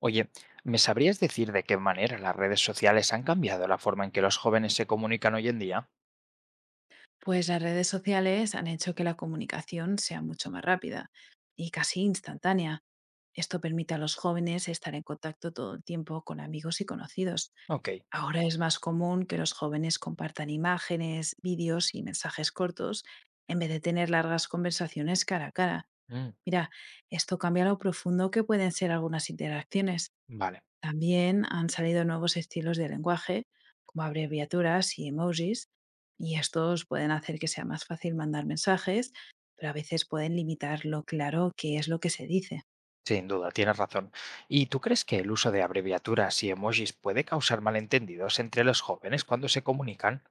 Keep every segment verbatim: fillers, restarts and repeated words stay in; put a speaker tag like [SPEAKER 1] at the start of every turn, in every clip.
[SPEAKER 1] Oye, ¿me sabrías decir de qué manera las redes sociales han cambiado la forma en que los jóvenes se comunican hoy en día?
[SPEAKER 2] Pues las redes sociales han hecho que la comunicación sea mucho más rápida y casi instantánea. Esto permite a los jóvenes estar en contacto todo el tiempo con amigos y conocidos.
[SPEAKER 1] Ok.
[SPEAKER 2] Ahora es más común que los jóvenes compartan imágenes, vídeos y mensajes cortos en vez de tener largas conversaciones cara a cara.
[SPEAKER 1] mm,
[SPEAKER 2] Mira, esto cambia lo profundo que pueden ser algunas interacciones.
[SPEAKER 1] vale.
[SPEAKER 2] También han salido nuevos estilos de lenguaje, como abreviaturas y emojis, y estos pueden hacer que sea más fácil mandar mensajes, pero a veces pueden limitar lo claro que es lo que se dice.
[SPEAKER 1] Sin duda, tienes razón. ¿Y tú crees que el uso de abreviaturas y emojis puede causar malentendidos entre los jóvenes cuando se comunican?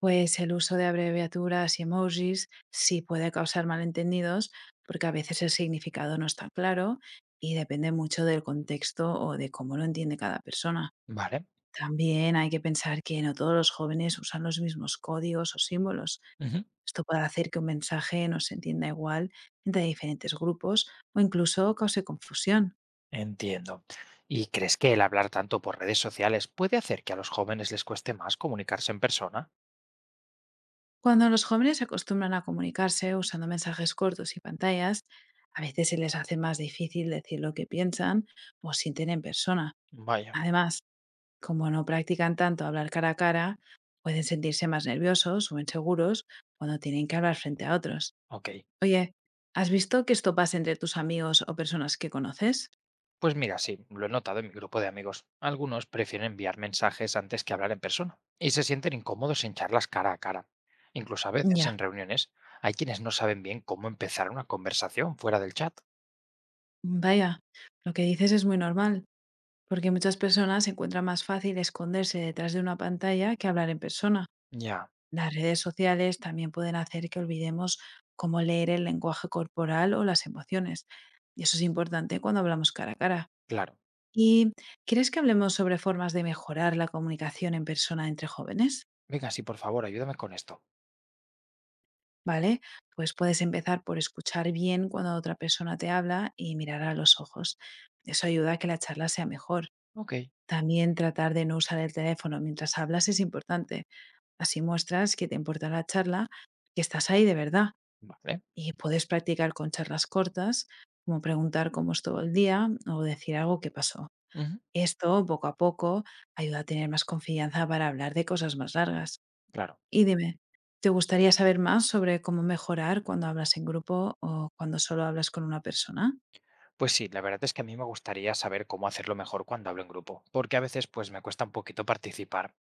[SPEAKER 2] Pues el uso de abreviaturas y emojis sí puede causar malentendidos, porque a veces el significado no está claro y depende mucho del contexto o de cómo lo entiende cada persona.
[SPEAKER 1] Vale.
[SPEAKER 2] También hay que pensar que no todos los jóvenes usan los mismos códigos o símbolos.
[SPEAKER 1] Ujú,
[SPEAKER 2] Esto puede hacer que un mensaje no se entienda igual entre diferentes grupos o incluso cause confusión.
[SPEAKER 1] entiendo. ¿Y crees que el hablar tanto por redes sociales puede hacer que a los jóvenes les cueste más comunicarse en persona?
[SPEAKER 2] Cuando los jóvenes se acostumbran a comunicarse usando mensajes cortos y pantallas, a veces se les hace más difícil decir lo que piensan o sienten en persona.
[SPEAKER 1] Vaya.
[SPEAKER 2] Además, como no practican tanto hablar cara a cara, pueden sentirse más nerviosos o inseguros cuando tienen que hablar frente a otros.
[SPEAKER 1] Ok.
[SPEAKER 2] Oye, ¿has visto que esto pasa entre tus amigos o personas que conoces?
[SPEAKER 1] Pues mira, sí, lo he notado en mi grupo de amigos. Algunos prefieren enviar mensajes antes que hablar en persona y se sienten incómodos en charlas cara a cara. Incluso a veces
[SPEAKER 2] Ya,
[SPEAKER 1] en reuniones hay quienes no saben bien cómo empezar una conversación fuera del chat.
[SPEAKER 2] vaya, lo que dices es muy normal, porque muchas personas encuentran más fácil esconderse detrás de una pantalla que hablar en persona.
[SPEAKER 1] Ya,
[SPEAKER 2] Las redes sociales también pueden hacer que olvidemos cómo leer el lenguaje corporal o las emociones. Y eso es importante cuando hablamos cara a cara.
[SPEAKER 1] claro.
[SPEAKER 2] ¿Y quieres que hablemos sobre formas de mejorar la comunicación en persona entre jóvenes?
[SPEAKER 1] Venga, sí, por favor, ayúdame con esto.
[SPEAKER 2] ¿Vale? Pues puedes empezar por escuchar bien cuando otra persona te habla y mirar a los ojos. Eso ayuda a que la charla sea mejor.
[SPEAKER 1] Ok.
[SPEAKER 2] También tratar de no usar el teléfono mientras hablas es importante. Así muestras que te importa la charla, que estás ahí de verdad,
[SPEAKER 1] Vale.
[SPEAKER 2] y puedes practicar con charlas cortas, como preguntar cómo estuvo el día o decir algo que pasó.
[SPEAKER 1] Ujú.
[SPEAKER 2] Esto, poco a poco, ayuda a tener más confianza para hablar de cosas más largas.
[SPEAKER 1] Claro.
[SPEAKER 2] Y dime, ¿te gustaría saber más sobre cómo mejorar cuando hablas en grupo o cuando solo hablas con una persona?
[SPEAKER 1] Pues sí, la verdad es que a mí me gustaría saber cómo hacerlo mejor cuando hablo en grupo, porque a veces pues me cuesta un poquito participar.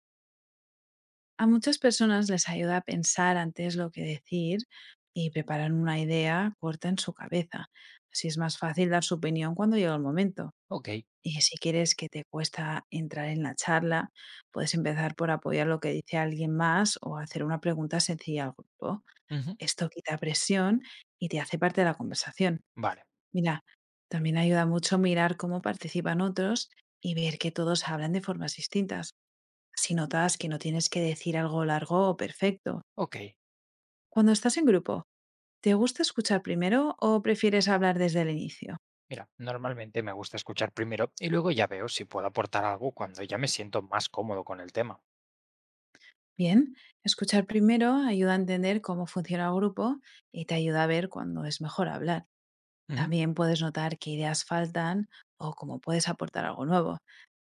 [SPEAKER 2] A muchas personas les ayuda a pensar antes lo que decir y preparar una idea corta en su cabeza. Así es más fácil dar su opinión cuando llega el momento.
[SPEAKER 1] Ok.
[SPEAKER 2] Y si quieres que te cuesta entrar en la charla, puedes empezar por apoyar lo que dice alguien más o hacer una pregunta sencilla al grupo.
[SPEAKER 1] Ujú.
[SPEAKER 2] Esto quita presión y te hace parte de la conversación.
[SPEAKER 1] Vale.
[SPEAKER 2] Mira, también ayuda mucho mirar cómo participan otros y ver que todos hablan de formas distintas. Así notas que no tienes que decir algo largo o perfecto.
[SPEAKER 1] Ok.
[SPEAKER 2] Cuando estás en grupo, ¿te gusta escuchar primero o prefieres hablar desde el inicio?
[SPEAKER 1] Mira, normalmente me gusta escuchar primero y luego ya veo si puedo aportar algo cuando ya me siento más cómodo con el tema.
[SPEAKER 2] Bien, escuchar primero ayuda a entender cómo funciona el grupo y te ayuda a ver cuándo es mejor hablar.
[SPEAKER 1] Ujú.
[SPEAKER 2] También puedes notar qué ideas faltan o cómo puedes aportar algo nuevo.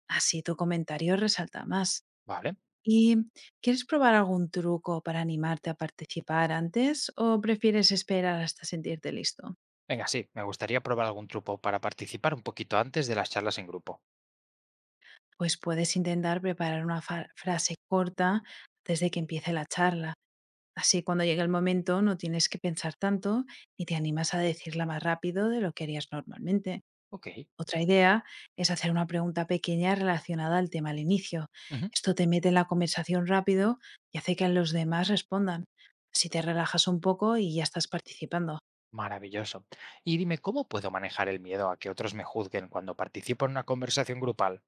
[SPEAKER 2] Así tu comentario resalta más.
[SPEAKER 1] Vale.
[SPEAKER 2] ¿Y quieres probar algún truco para animarte a participar antes o prefieres esperar hasta sentirte listo?
[SPEAKER 1] Venga, sí, me gustaría probar algún truco para participar un poquito antes de las charlas en grupo.
[SPEAKER 2] Pues puedes intentar preparar una fa- frase corta desde que empiece la charla. Así, cuando llegue el momento, no tienes que pensar tanto y te animas a decirla más rápido de lo que harías normalmente.
[SPEAKER 1] Ok.
[SPEAKER 2] Otra idea es hacer una pregunta pequeña relacionada al tema al inicio.
[SPEAKER 1] Ujú.
[SPEAKER 2] Esto te mete en la conversación rápido y hace que los demás respondan. Así te relajas un poco y ya estás participando.
[SPEAKER 1] Maravilloso. Y dime, ¿cómo puedo manejar el miedo a que otros me juzguen cuando participo en una conversación grupal?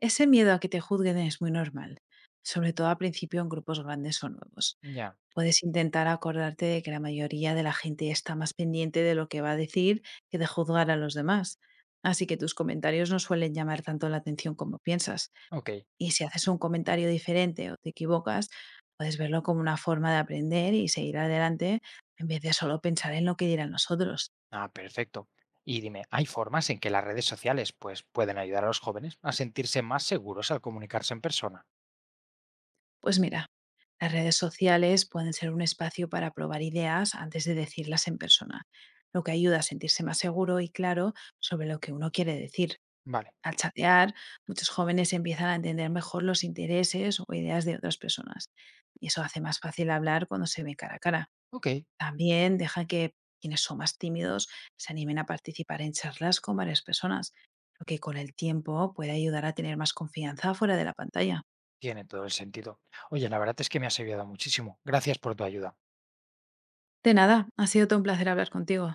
[SPEAKER 2] Ese miedo a que te juzguen es muy normal, sobre todo al principio en grupos grandes o nuevos.
[SPEAKER 1] Ya.
[SPEAKER 2] Puedes intentar acordarte de que la mayoría de la gente está más pendiente de lo que va a decir que de juzgar a los demás. Así que tus comentarios no suelen llamar tanto la atención como piensas.
[SPEAKER 1] Ok.
[SPEAKER 2] Y si haces un comentario diferente o te equivocas, puedes verlo como una forma de aprender y seguir adelante en vez de solo pensar en lo que dirán los otros.
[SPEAKER 1] Ah, perfecto. Y dime, ¿hay formas en que las redes sociales pues, pueden ayudar a los jóvenes a sentirse más seguros al comunicarse en persona?
[SPEAKER 2] Pues mira, las redes sociales pueden ser un espacio para probar ideas antes de decirlas en persona, lo que ayuda a sentirse más seguro y claro sobre lo que uno quiere decir.
[SPEAKER 1] Vale.
[SPEAKER 2] Al chatear, muchos jóvenes empiezan a entender mejor los intereses o ideas de otras personas, y eso hace más fácil hablar cuando se ve cara a cara.
[SPEAKER 1] Ok.
[SPEAKER 2] También deja que quienes son más tímidos se animen a participar en charlas con varias personas, lo que con el tiempo puede ayudar a tener más confianza fuera de la pantalla.
[SPEAKER 1] Tiene todo el sentido. Oye, la verdad es que me has ayudado muchísimo. Gracias por tu ayuda.
[SPEAKER 2] De nada, ha sido todo un placer hablar contigo.